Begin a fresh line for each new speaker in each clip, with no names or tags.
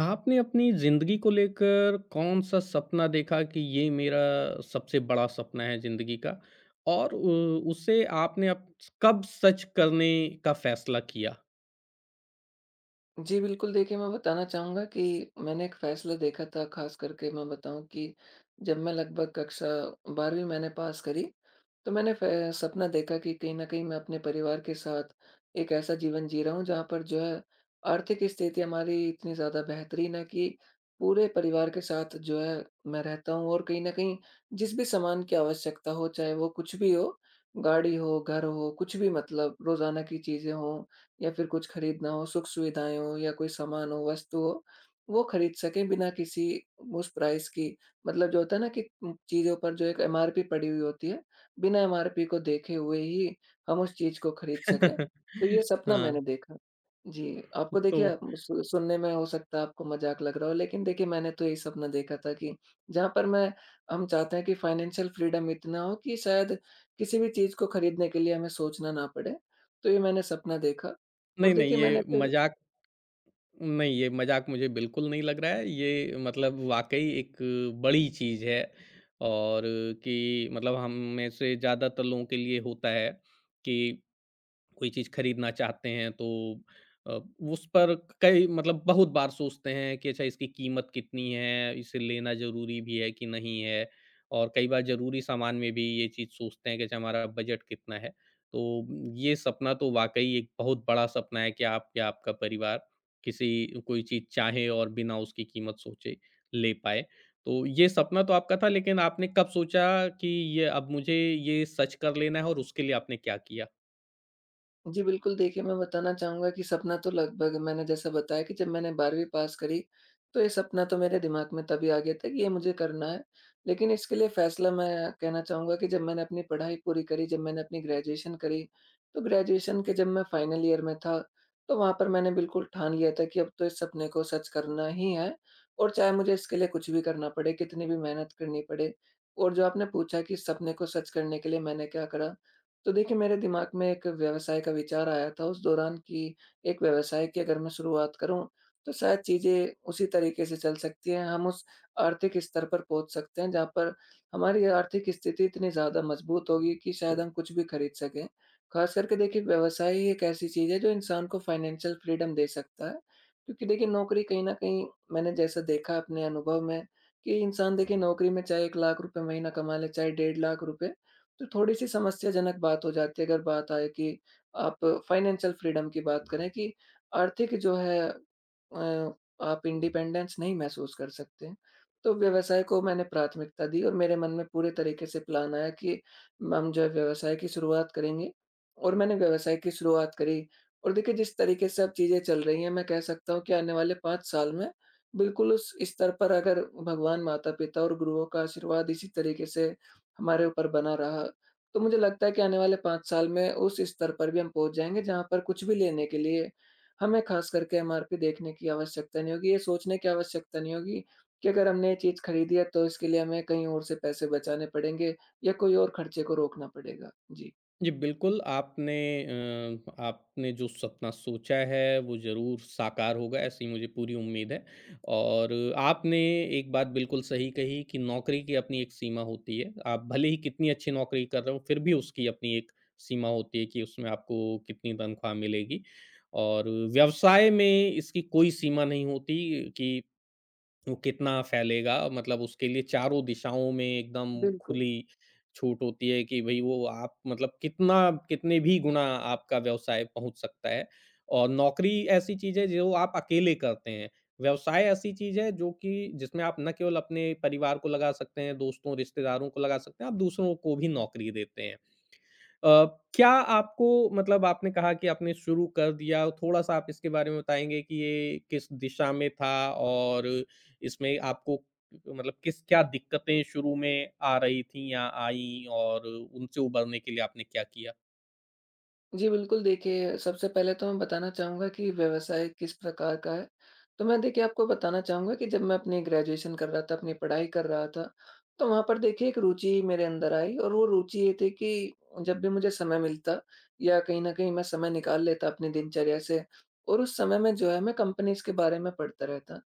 आपने अपनी ज़िंदगी को लेकर कौन-सा सपना देखा कि ये मेरा सबसे बड़ा सपना है ज़िंदगी का? और उ उसे आपने अब कब सच करने का फ़ैसला किया?
जी, बिल्कुल देखिए, मैं बताना चाहूँगा कि मैंने एक फ़ैसला देखा था। ख़ास करके मैं बताऊँ कि जब मैं लगभग कक्षा 12वीं मैंने पास करी, तो मैंने फ़े सपना देखा कि कहीं न कहीं मैं अपने परिवार के साथ एक ऐसा जीवन जी रहा हूँ जहाँ पर जो है आर्थिक स्थिति हमारी इतनी ज़्यादा बेहतरीन है कि पूरे परिवार के साथ जो है मैं रहता हूँ, और कहीं न कहीं जिस भी सामान की आवश्यकता हो, चाहे वो कुछ भी हो, गाड़ी हो, घर हो, कुछ भी मतलब रोज़ाना की चीज़ें हों या फिर कुछ खरीदना हो, सुख-सुविधाएँ हों या कोई सामान हो, वस्तु हो, वो खरीद सकें बिना किसी उस प्राइस की, मतलब जो होता है ना कि चीज़ों पर जो एक एमआरपी पड़ी हुई होती है, बिना एमआरपी को देखे हुए ही हम उस चीज़ को खरीद सकें। तो ये सपना
हाँ,
मैंने देखा। जी, आपको
तो
देखिए सु सुनने में हो सकता है आपको मज़ाक लग रहा हो, लेकिन देखिए मैंने तो यही सपना देखा था कि जहाँ पर मैं हम चाहते हैं कि फाइनेंशियल फ्रीडम इतना हो कि शायद किसी भी चीज़ को खरीदने के लिए हमें सोचना ना पड़े। तो ये मैंने सपना देखा। और
नहीं, नहीं,
देखिए मैंने फिर।
ये मज़ाक मुझे बिल्कुल नहीं लग रहा है। ये मतलब वाक़ई एक बड़ी चीज़ है। और कि मतलब हम में से ज़्यादातर लोगों के लिए होता है कि कोई चीज़ खरीदना चाहते हैं तो अ, उस पर कई मतलब बहुत बार सोचते हैं कि अच्छा इसकी कीमत कितनी है, इसे लेना ज़रूरी भी है कि नहीं है? और कई बार ज़रूरी सामान में भी ये चीज़ सोचते हैं कि अच्छा हमारा बजट कितना है? तो ये सपना तो वाक़ई एक बहुत बड़ा सपना है कि आप या आपका परिवार किसी कोई चीज़ चाहे और बिना उसकी कीमत सोचे ले पाए। तो ये सपना तो आपका था, लेकिन आपने कब सोचा कि ये अब मुझे ये सच कर लेना है और उसके लिए आपने क्या किया?
जी, बिल्कुल, देखिए मैं बताना चाहूँगा कि सपना तो लगभग मैंने जैसा बताया कि जब मैंने 12वीं पास करी, तो ये सपना तो मेरे दिमाग में तभी आ गया था कि ये मुझे करना है। लेकिन इसके लिए फ़ैसला, मैं कहना चाहूँगा कि जब मैंने अपनी पढ़ाई पूरी करी, जब मैंने अपनी ग्रेजुएशन करी, तो ग्रेजुएशन के जब मैं फाइनल ईयर में था, तो वहाँ पर मैंने बिल्कुल ठान लिया था कि अब तो इस सपने को सच करना ही है, और चाहे मुझे इसके लिए कुछ भी करना पड़े, कितनी भी मेहनत करनी पड़े। और जो आपने पूछा कि इस सपने को सच करने के लिए मैंने क्या करा? तो देखिए मेरे दिमाग में एक व्यवसाय का विचार आया था उस दौरान कि एक व्यवसाय की अगर मैं शुरुआत करूँ तो शायद चीज़ें उसी तरीके से चल सकती हैं। हम उस आर्थिक स्तर पर पहुँच सकते हैं जहाँ पर हमारी आर्थिक स्थिति इतनी ज़्यादा मजबूत होगी कि शायद हम कुछ भी खरीद सकें। ख़ास करके देखिए व्यवसाय ही एक ऐसी चीज़ है जो इंसान को फाइनेंशियल फ्रीडम दे सकता है। क्योंकि देखिए नौकरी कहीं न कहीं, मैंने जैसा देखा अपने अनुभव में, कि इंसान देखिए नौकरी में चाहे 1 लाख रुपए महीना कमा ले, चाहे 1.5 लाख रुपए, तो थोड़ी-सी समस्याजनक बात हो जाती है अगर बात आए कि आप फाइनेंशियल फ्रीडम की बात करें, कि आर्थिक जो है, अ, आप इंडिपेंडेंस नहीं महसूस कर सकते हैं। तो व्यवसाय को मैंने प्राथमिकता दी और मेरे मन में पूरे तरीके से प्लान आया कि हम जो है व्यवसाय की शुरुआत करेंगे, और मैंने व्यवसाय की शुरुआत करी। और देखिए जिस तरीके से अब चीज़ें चल रही हैं, मैं कह सकता हूँ कि आने वाले 5 साल में बिल्कुल उस स्तर पर, अगर भगवान, माता-पिता और गुरुओं का आशीर्वाद इसी तरीके से हमारे ऊपर बना रहा, तो मुझे लगता है कि आने वाले 5 साल में उस स्तर पर भी हम पहुँच जाएँगे, जहाँ पर कुछ भी लेने के लिए हमें ख़ास करके एमआरपी देखने की आवश्यकता नहीं होगी, ये सोचने की आवश्यकता नहीं होगी कि अगर हमने ये चीज़ खरीदी है तो इसके लिए हमें कहीं और से पैसे बचाने पड़ेंगे या कोई और खर्चे को रोकना पड़ेगा। जी।
जी, बिल्कुल। आपने जो सपना सोचा है वो ज़रूर साकार होगा, ऐसी मुझे पूरी उम्मीद है। और आपने एक बात बिल्कुल सही कही कि नौकरी की अपनी एक सीमा होती है। आप भले ही कितनी अच्छी नौकरी कर रहे हो, फिर भी उसकी अपनी एक सीमा होती है कि उसमें आपको कितनी तनख्वाह मिलेगी। और व्यवसाय में इसकी कोई सीमा नहीं होती कि वो कितना फैलेगा, मतलब उसके लिए चारों दिशाओं में एकदम
बिल्कुल।
खुली छूट होती है कि भई वो आप मतलब कितना कितने भी गुना आपका व्यवसाय पहुँच सकता है। और नौकरी ऐसी चीज़ है जो आप अकेले करते हैं। व्यवसाय ऐसी चीज़ है जो कि जिसमें आप न केवल अपने परिवार को लगा सकते हैं, दोस्तों, रिश्तेदारों को लगा सकते हैं, आप दूसरों को भी नौकरी देते हैं। अ, क्या आपको मतलब आपने कहा कि आपने शुरू कर दिया, थोड़ा-सा आप इसके बारे में बताएँगे कि ये किस दिशा में था और इसमें आपको मतलब किस क्या दिक्कतें शुरू में आ रही थीं या आईं और उनसे उबरने के लिए आपने क्या किया?
जी, बिल्कुल देखिए, सबसे पहले तो मैं बताना चाहूँगा कि व्यवसाय किस प्रकार का है। तो मैं देखिए आपको बताना चाहूँगा कि जब मैं अपनी ग्रेजुएशन कर रहा था, अपनी पढ़ाई कर रहा था, तो वहाँ पर देखिए एक रुचि मेरे अंदर आई, और वो रुचि ये थी कि जब भी मुझे समय मिलता या कहीं न कहीं मैं समय निकाल लेता अपनी दिनचर्या से, और उस समय में जो है मैं कंपनीज़ के बारे में पढ़ता रहता।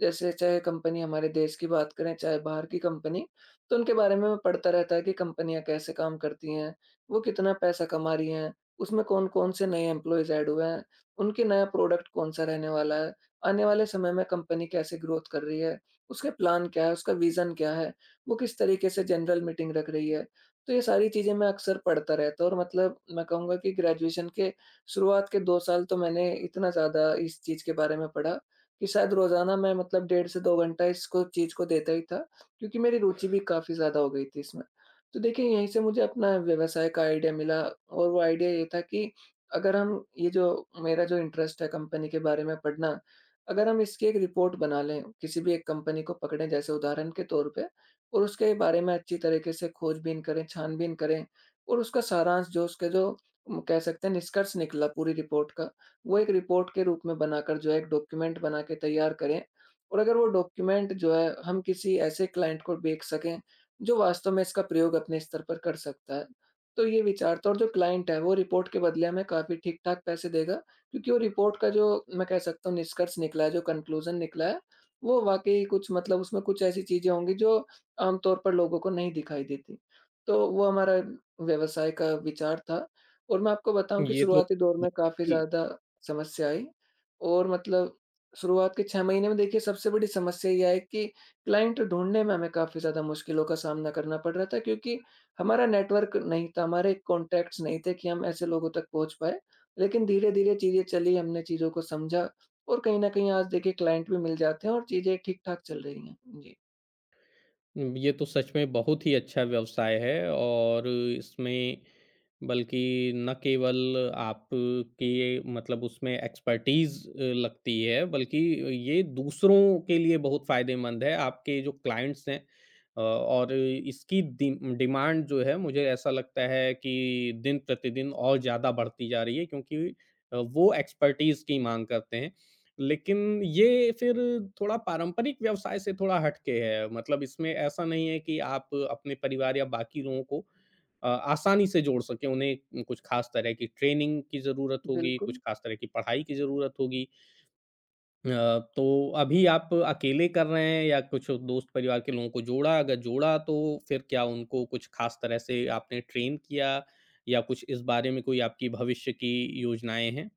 जैसे चाहे कंपनी हमारे देश की बात करें, चाहे बाहर की कंपनी, तो उनके बारे में मैं पढ़ता रहता है कि कंपनियाँ कैसे काम करती हैं, वो कितना पैसा कमा रही हैं। उसमें कौन-कौन से नए एम्प्लॉइज़ ऐड हुए हैं, उनके नया प्रोडक्ट कौन-सा रहने वाला है, आने वाले समय में कंपनी कैसे ग्रोथ कर रही है, उसके प्लान क्या है, उसका विज़न क्या है, वो किस तरीके से जनरल मीटिंग रख रही है। तो ये सारी चीज़ें मैं अक्सर पढ़ता रहता हूँ, और मतलब मैं कहूँगा कि ग्रेजुएशन के शुरुआत के 2 साल तो मैंने इतना ज़्यादा इस चीज़ के बारे में पढ़ा कि शायद रोज़ाना मैं मतलब 1.5 से 2 घंटा इसको चीज़ को देता ही था, क्योंकि मेरी रुचि भी काफ़ी ज़्यादा हो गई थी इसमें। तो देखिए यहीं से मुझे अपना व्यवसाय का आइडिया मिला, और वो आइडिया ये था कि अगर हम ये जो मेरा जो इंटरेस्ट है कंपनी के बारे में पढ़ना, अगर हम इसकी एक रिपोर्ट बना लें, किसी भी एक कंपनी को पकड़ें जैसे उदाहरण के तौर पे, और उसके बारे में अच्छी तरीके से खोजबीन करें, छानबीन करें और उसका सारांश जो उसके जो कह सकते हैं निष्कर्ष निकला पूरी रिपोर्ट का, वो एक रिपोर्ट के रूप में बनाकर जो है एक डॉक्यूमेंट बना के तैयार करें, और अगर वो डॉक्यूमेंट जो है हम किसी ऐसे क्लाइंट को बेच सकें जो वास्तव में इसका प्रयोग अपने स्तर पर कर सकता है। तो ये विचार था, और जो क्लाइंट है वो रिपोर्ट के बदले हमें काफ़ी ठीक-ठाक पैसे देगा, क्योंकि वो रिपोर्ट का जो, मैं कह सकता हूँ, निष्कर्ष निकला है, जो कन्क्लूज़न निकला है, वो वाक़ई कुछ, मतलब उसमें कुछ ऐसी चीज़ें होंगी जो आम तौर पर लोगों को नहीं दिखाई देती। तो वो हमारा व्यवसाय का विचार था, और मैं आपको बताऊँ कि
ये तो
शुरुआती दौर में काफ़ी ज़्यादा समस्या आई, और मतलब शुरुआत के 6 महीने में देखिए सबसे बड़ी समस्या ये आई कि क्लाइंट ढूँढने में हमें काफ़ी ज़्यादा मुश्किलों का सामना करना पड़ रहा था, क्योंकि हमारा नेटवर्क नहीं था, हमारे कॉन्टैक्ट्स नहीं थे कि हम ऐसे लोगों तक पहुँच पाएँ। लेकिन धीरे-धीरे चीज़ें चली, हमने चीज़ों को समझा, और कहीं न कहीं आज देखिए क्लाइंट भी मिल जाते हैं और चीज़ें ठीक-ठाक चल रही हैं। जी।
ये तो सच में बहुत ही अच्छा व्यवसाय है और इसमें बल्कि न केवल आपके मतलब उसमें एक्सपर्टीज़ लगती है, बल्कि ये दूसरों के लिए बहुत फ़ायदेमंद है, आपके जो क्लाइंट्स हैं, और इसकी डिमांड जो है मुझे ऐसा लगता है कि दिन प्रतिदिन और ज़्यादा बढ़ती जा रही है, क्योंकि वो एक्सपर्टीज़ की माँग करते हैं। लेकिन ये फिर थोड़ा पारंपरिक व्यवसाय से थोड़ा हट के है। मतलब इसमें ऐसा नहीं है कि आप अपने परिवार या बाकी लोगों को आसानी से जोड़ सकें। उन्हें कुछ खास तरह की ट्रेनिंग की ज़रूरत होगी, कुछ
बिल्कुल।
खास तरह की पढ़ाई की ज़रूरत होगी। अ, तो अभी आप अकेले कर रहे हैं या कुछ दोस्त परिवार के लोगों को जोड़ा? अगर जोड़ा तो फिर क्या उनको कुछ खास तरह से आपने ट्रेन किया, या कुछ इस बारे में कोई आपकी भविष्य की योजनाएँ हैं?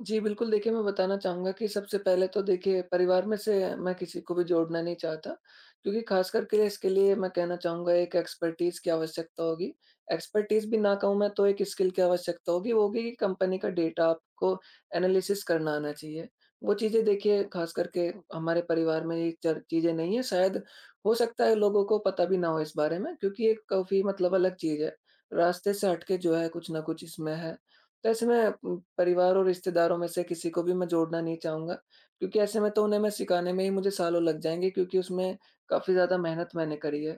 जी, बिल्कुल देखिए, मैं बताना चाहूँगा कि सबसे पहले तो देखिए परिवार में से मैं किसी को भी जोड़ना नहीं चाहता, क्योंकि ख़ास करके इसके लिए मैं कहना चाहूँगा एक एक्सपर्टीज़ की आवश्यकता होगी। एक्सपर्टीज़ भी ना कहूँ मैं, तो एक स्किल की आवश्यकता होगी, वो होगी कि कंपनी का डेटा आपको एनालिसिस करना आना चाहिए। वो चीज़ें देखिए ख़ास करके हमारे परिवार में ये चर चीज़ें नहीं है, शायद हो सकता है लोगों को पता भी ना हो इस बारे में, क्योंकि ये काफ़ी मतलब अलग चीज़ है। रास्ते से हट के जो है कुछ न कुछ इसमें है। तो ऐसे में परिवार और रिश्तेदारों में से किसी को भी मैं जोड़ना नहीं चाहूँगा, क्योंकि ऐसे में तो उन्हें मैं सिखाने में ही मुझे सालों लग जाएँगे, क्योंकि उसमें काफ़ी ज़्यादा मेहनत मैंने करी है।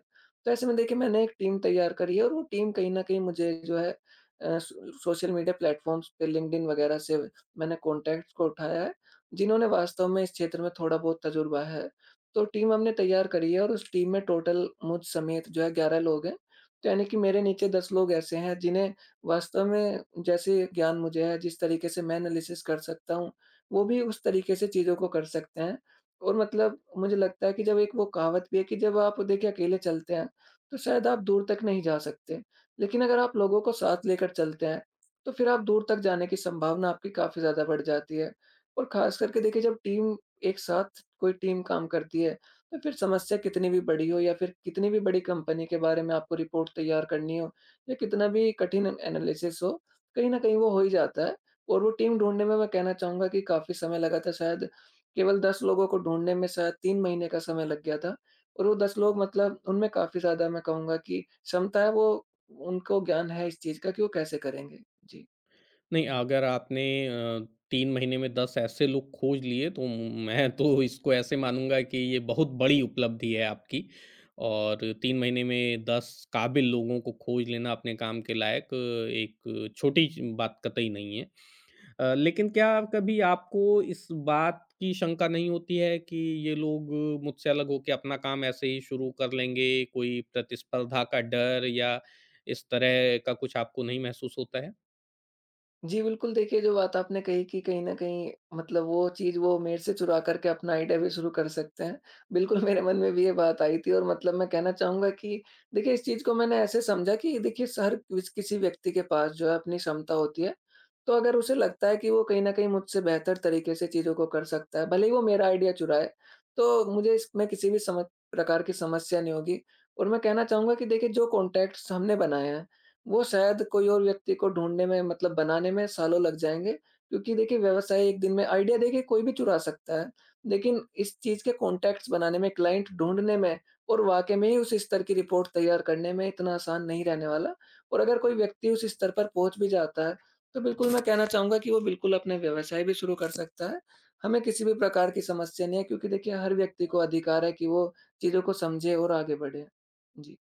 तो ऐसे में देखिए मैंने एक टीम तैयार करी है, और वो टीम कहीं न कहीं मुझे जो है सोशल मीडिया प्लेटफ़ॉर्म्स पे लिंक्डइन वगैरह से मैंने कॉन्टैक्ट्स को उठाया है, जिन्होंने वास्तव में इस क्षेत्र में थोड़ा बहुत तजुर्बा है। तो टीम हमने तैयार करी है, और उस टीम में टोटल मुझ समेत जो है 11 लोग हैं, तो यानी कि मेरे नीचे 10 लोग ऐसे हैं जिन्हें वास्तव में जैसे ज्ञान मुझे है, जिस तरीके से मैं एनालिसिस कर सकता हूँ, वो भी उस तरीके से चीज़ों को कर सकते हैं। और मतलब मुझे लगता है कि जब एक वो कहावत भी है कि जब आप देखिए अकेले चलते हैं, तो शायद आप दूर तक नहीं जा सकते। लेकिन अगर आप लोगों को साथ लेकर चलते हैं, तो फिर आप दूर तक जाने की संभावना आपकी काफ़ी ज़्यादा बढ़ जाती है। और ख़ास करके देखिए जब टीम एक साथ कोई टीम काम करती है, तो फिर समस्या कितनी भी बड़ी हो या फिर कितनी भी बड़ी कंपनी के बारे में आपको रिपोर्ट तैयार करनी हो, या कितना भी कठिन एनालिसिस हो, कहीं न कहीं वो हो ही जाता है। और वो टीम ढूँढने में मैं कहना चाहूँगा कि काफ़ी समय लगा था, शायद केवल 10 लोगों को ढूँढने में शायद 3 महीने का समय लग गया था, और वो 10 लोग, मतलब उनमें काफ़ी ज़्यादा मैं कहूँगा कि क्षमता है, वो उनको ज्ञान है इस चीज़ का कि वो कैसे करेंगे। जी।
नहीं, अगर आपने 3 महीने में 10 ऐसे लोग खोज लिए तो मैं तो इसको ऐसे मानूँगा कि ये बहुत बड़ी उपलब्धि है आपकी, और 3 महीने में 10 काबिल लोगों को खोज लेना अपने काम के लायक एक छोटी च बात कतई नहीं है। लेकिन क्या कभी आपको इस बात की शंका नहीं होती है कि ये लोग मुझसे अलग होके अपना काम ऐसे ही शुरू कर लेंगे, कोई प्रतिस्पर्धा का डर या इस तरह का कुछ आपको नहीं महसूस होता है?
जी, बिल्कुल देखिए, जो बात आपने कही कि कहीं न कहीं मतलब वो चीज़ वो मेरे से चुरा करके अपना आइडिया भी शुरू कर सकते हैं। बिल्कुल मेरे मन में भी ये बात आई थी, और मतलब मैं कहना चाहूँगा कि देखिए इस चीज़ को मैंने ऐसे समझा कि देखिए हर किसी व्यक्ति के पास जो है अपनी क्षमता होती है। तो अगर उसे लगता है कि वो कहीं न कहीं मुझसे बेहतर तरीके से चीज़ों को कर सकता है, भले ही वो मेरा आइडिया चुराए, तो मुझे इसमें किसी भी सम प्रकार की समस्या नहीं होगी। और मैं कहना चाहूँगा कि देखिए जो कॉन्टैक्ट्स हमने बनाए हैं, वो शायद कोई और व्यक्ति को ढूँढने में मतलब बनाने में सालों लग जाएँगे, क्योंकि देखिए व्यवसाय एक दिन में आइडिया देखिए कोई भी चुरा सकता है। लेकिन इस चीज़ के कॉन्टैक्ट्स बनाने में, क्लाइंट ढूँढने में और वाक़ई में ही उस स्तर की रिपोर्ट तैयार करने में इतना आसान नहीं रहने वाला। और अगर कोई व्यक्ति उस स्तर पर पहुँच भी जाता है, तो बिल्कुल मैं कहना चाहूँगा कि वो बिल्कुल अपने व्यवसाय भी शुरू कर सकता है। हमें किसी भी प्रकार की समस्या नहीं है, क्योंकि देखिए हर व्यक्ति को अधिकार है कि वो चीज़ों को समझे और आगे बढ़े। जी।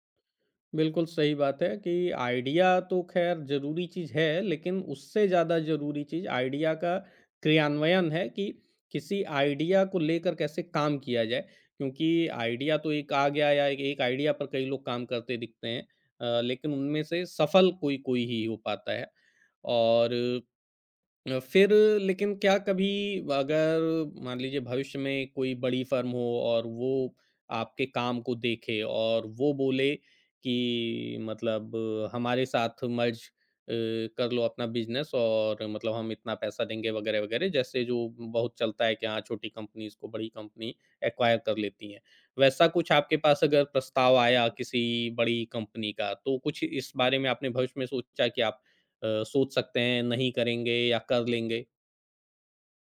बिल्कुल सही बात है कि आइडिया तो ख़ैर ज़रूरी चीज़ है, लेकिन उससे ज़्यादा ज़रूरी चीज़ आइडिया का क्रियान्वयन है कि किसी आइडिया को लेकर कैसे काम किया जाए। क्योंकि आइडिया तो एक आ गया या एक आइडिया पर कई लोग काम करते दिखते हैं, लेकिन उनमें से सफल कोई-कोई ही हो पाता है। और अ, फिर लेकिन क्या कभी, अगर मान लीजिए भविष्य में कोई बड़ी फर्म हो और वो आपके काम को देखे और वो बोले कि मतलब हमारे साथ मर्ज अ, कर लो अपना बिजनेस और मतलब हम इतना पैसा देंगे वगैरह वगैरह, जैसे जो बहुत चलता है कि हाँ छोटी कंपनीज को बड़ी कंपनी एक्वायर कर लेती हैं, वैसा कुछ आपके पास अगर प्रस्ताव आया किसी बड़ी कंपनी का तो कुछ इस बारे में आपने भविष्य में सोचा कि आप सोच सकते हैं नहीं करेंगे या कर लेंगे?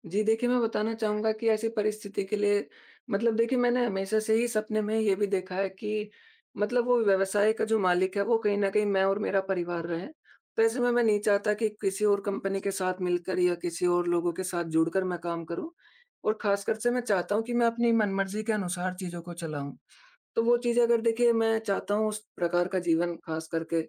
जी, देखिए मैं बताना चाहूँगा कि ऐसी परिस्थिति के लिए, मतलब देखिए मैंने हमेशा से ही सपने में ये भी देखा है कि मतलब वो व्यवसाय का जो मालिक है, वो कहीं न कहीं मैं और मेरा परिवार रहें। तो ऐसे में मैं नहीं चाहता कि किसी और कंपनी के साथ मिलकर या किसी और लोगों के साथ जुड़कर मैं काम करूँ। और ख़ासकर से मैं चाहता हूँ कि मैं अपनी मनमर्ज़ी के अनुसार चीज़ों को चलाऊँ। तो वो चीज़ें, अगर देखिए मैं चाहता हूँ उस प्रकार का जीवन खास करके,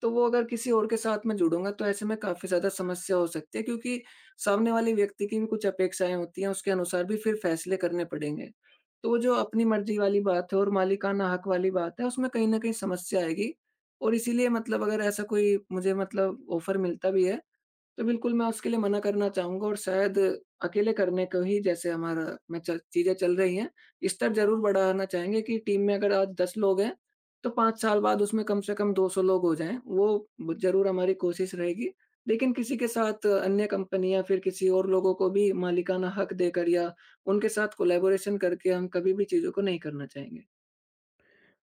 तो वो अगर किसी और के साथ मैं जुड़ूँगा, तो ऐसे में काफ़ी ज़्यादा समस्या हो सकती है, क्योंकि सामने वाले व्यक्ति की भी कुछ अपेक्षाएँ होती हैं, उसके अनुसार भी फिर फैसले करने पड़ेंगे। तो वो जो अपनी मर्ज़ी वाली बात है और मालिकाना हक वाली बात है, उसमें कहीं न कहीं समस्या आएगी। और इसीलिए मतलब अगर ऐसा कोई मुझे मतलब ऑफ़र मिलता भी है, तो बिल्कुल, मैं उसके लिए मना करना चाहूँगा। और शायद अकेले करने को ही, जैसे हमारा में च चीज़ें चल रही हैं, स्तर ज़रूर बढ़ाना चाहेंगे कि टीम में अगर आज 10 लोग हैं, तो 5 साल बाद उसमें कम से कम 200 लोग हो जाएँ, वो ज़रूर हमारी कोशिश रहेगी। लेकिन किसी के साथ अन्य कंपनी या फिर किसी और लोगों को भी मालिकाना हक देकर या उनके साथ कोलैबोरेशन करके हम कभी भी चीज़ों को नहीं करना चाहेंगे।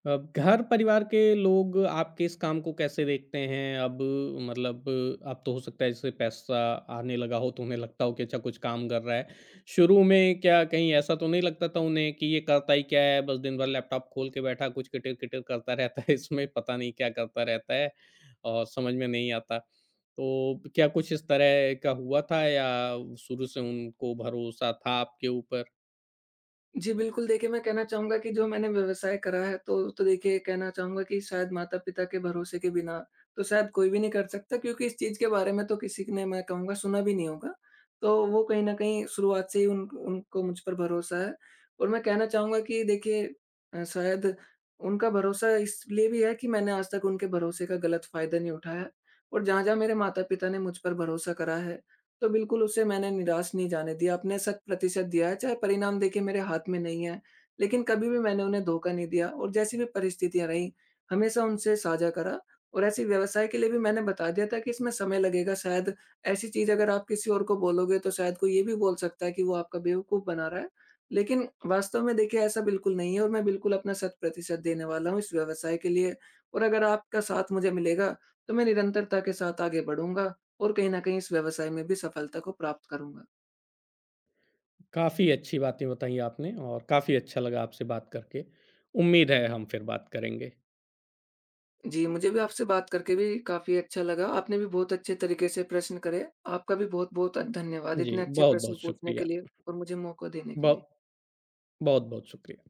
अब घर परिवार के लोग आपके इस काम को कैसे देखते हैं? अब मतलब अब तो हो सकता है जैसे पैसा आने लगा हो तो उन्हें लगता हो कि अच्छा कुछ काम कर रहा है। शुरू में क्या कहीं ऐसा तो नहीं लगता था उन्हें कि ये करता ही क्या है? बस दिन भर लैपटॉप खोल के बैठा कुछ किटिर-किटिर करता रहता है, इसमें पता नहीं क्या करता रहता है और समझ में नहीं आता। तो क्या कुछ इस तरह का हुआ था या शुरू से उनको भरोसा था आपके ऊपर?
जी, बिल्कुल देखिए, मैं कहना चाहूँगा कि जो मैंने व्यवसाय करा है, तो देखिए कहना चाहूँगा कि शायद माता-पिता के भरोसे के बिना तो शायद कोई भी नहीं कर सकता, क्योंकि इस चीज़ के बारे में तो किसी ने, मैं कहूँगा, सुना भी नहीं होगा। तो वो कहीं न कहीं शुरुआत से ही उन उनको मुझ पर भरोसा है। और मैं कहना चाहूँगा कि देखिए शायद उनका भरोसा इसलिए भी है कि मैंने आज तक उनके भरोसे का गलत फ़ायदा नहीं उठाया। और जहाँ-जहाँ मेरे माता-पिता ने मुझ पर भरोसा करा है, तो बिल्कुल उसे मैंने निराश नहीं जाने दिया। आपने शत प्रतिशत दिया है, चाहे परिणाम देखिए मेरे हाथ में नहीं है, लेकिन कभी भी मैंने उन्हें धोखा नहीं दिया। और जैसी भी परिस्थितियाँ रहीं, हमेशा उनसे साझा करा। और ऐसे व्यवसाय के लिए भी मैंने बता दिया था कि इसमें समय लगेगा, शायद ऐसी चीज़ अगर आप किसी और को बोलोगे, तो शायद कोई ये भी बोल सकता है कि वो आपका बेवकूफ़ बना रहा है। लेकिन वास्तव में देखिए ऐसा बिल्कुल नहीं है, और मैं बिल्कुल अपना शत प्रतिशत देने वाला हूँ इस व्यवसाय के लिए। और अगर आपका साथ मुझे मिलेगा, तो मैं निरंतरता के साथ आगे बढ़ूँगा और कहीं न कहीं इस व्यवसाय में भी सफलता को प्राप्त करूँगा।
काफ़ी अच्छी बातें बताई आपने और काफ़ी अच्छा लगा आपसे बात करके। उम्मीद है हम फिर बात करेंगे।
जी, मुझे भी आपसे बात करके भी काफ़ी अच्छा लगा। आपने भी बहुत अच्छे तरीके से प्रश्न करे। आपका भी बहुत-बहुत धन्यवाद इतने
जी,
अच्छे प्रश्न
बहुत-बहुत
पूछने के
शुक्रिया।
लिए और मुझे मौका देने के
ब
लिए।
बहुत-बहुत शुक्रिया।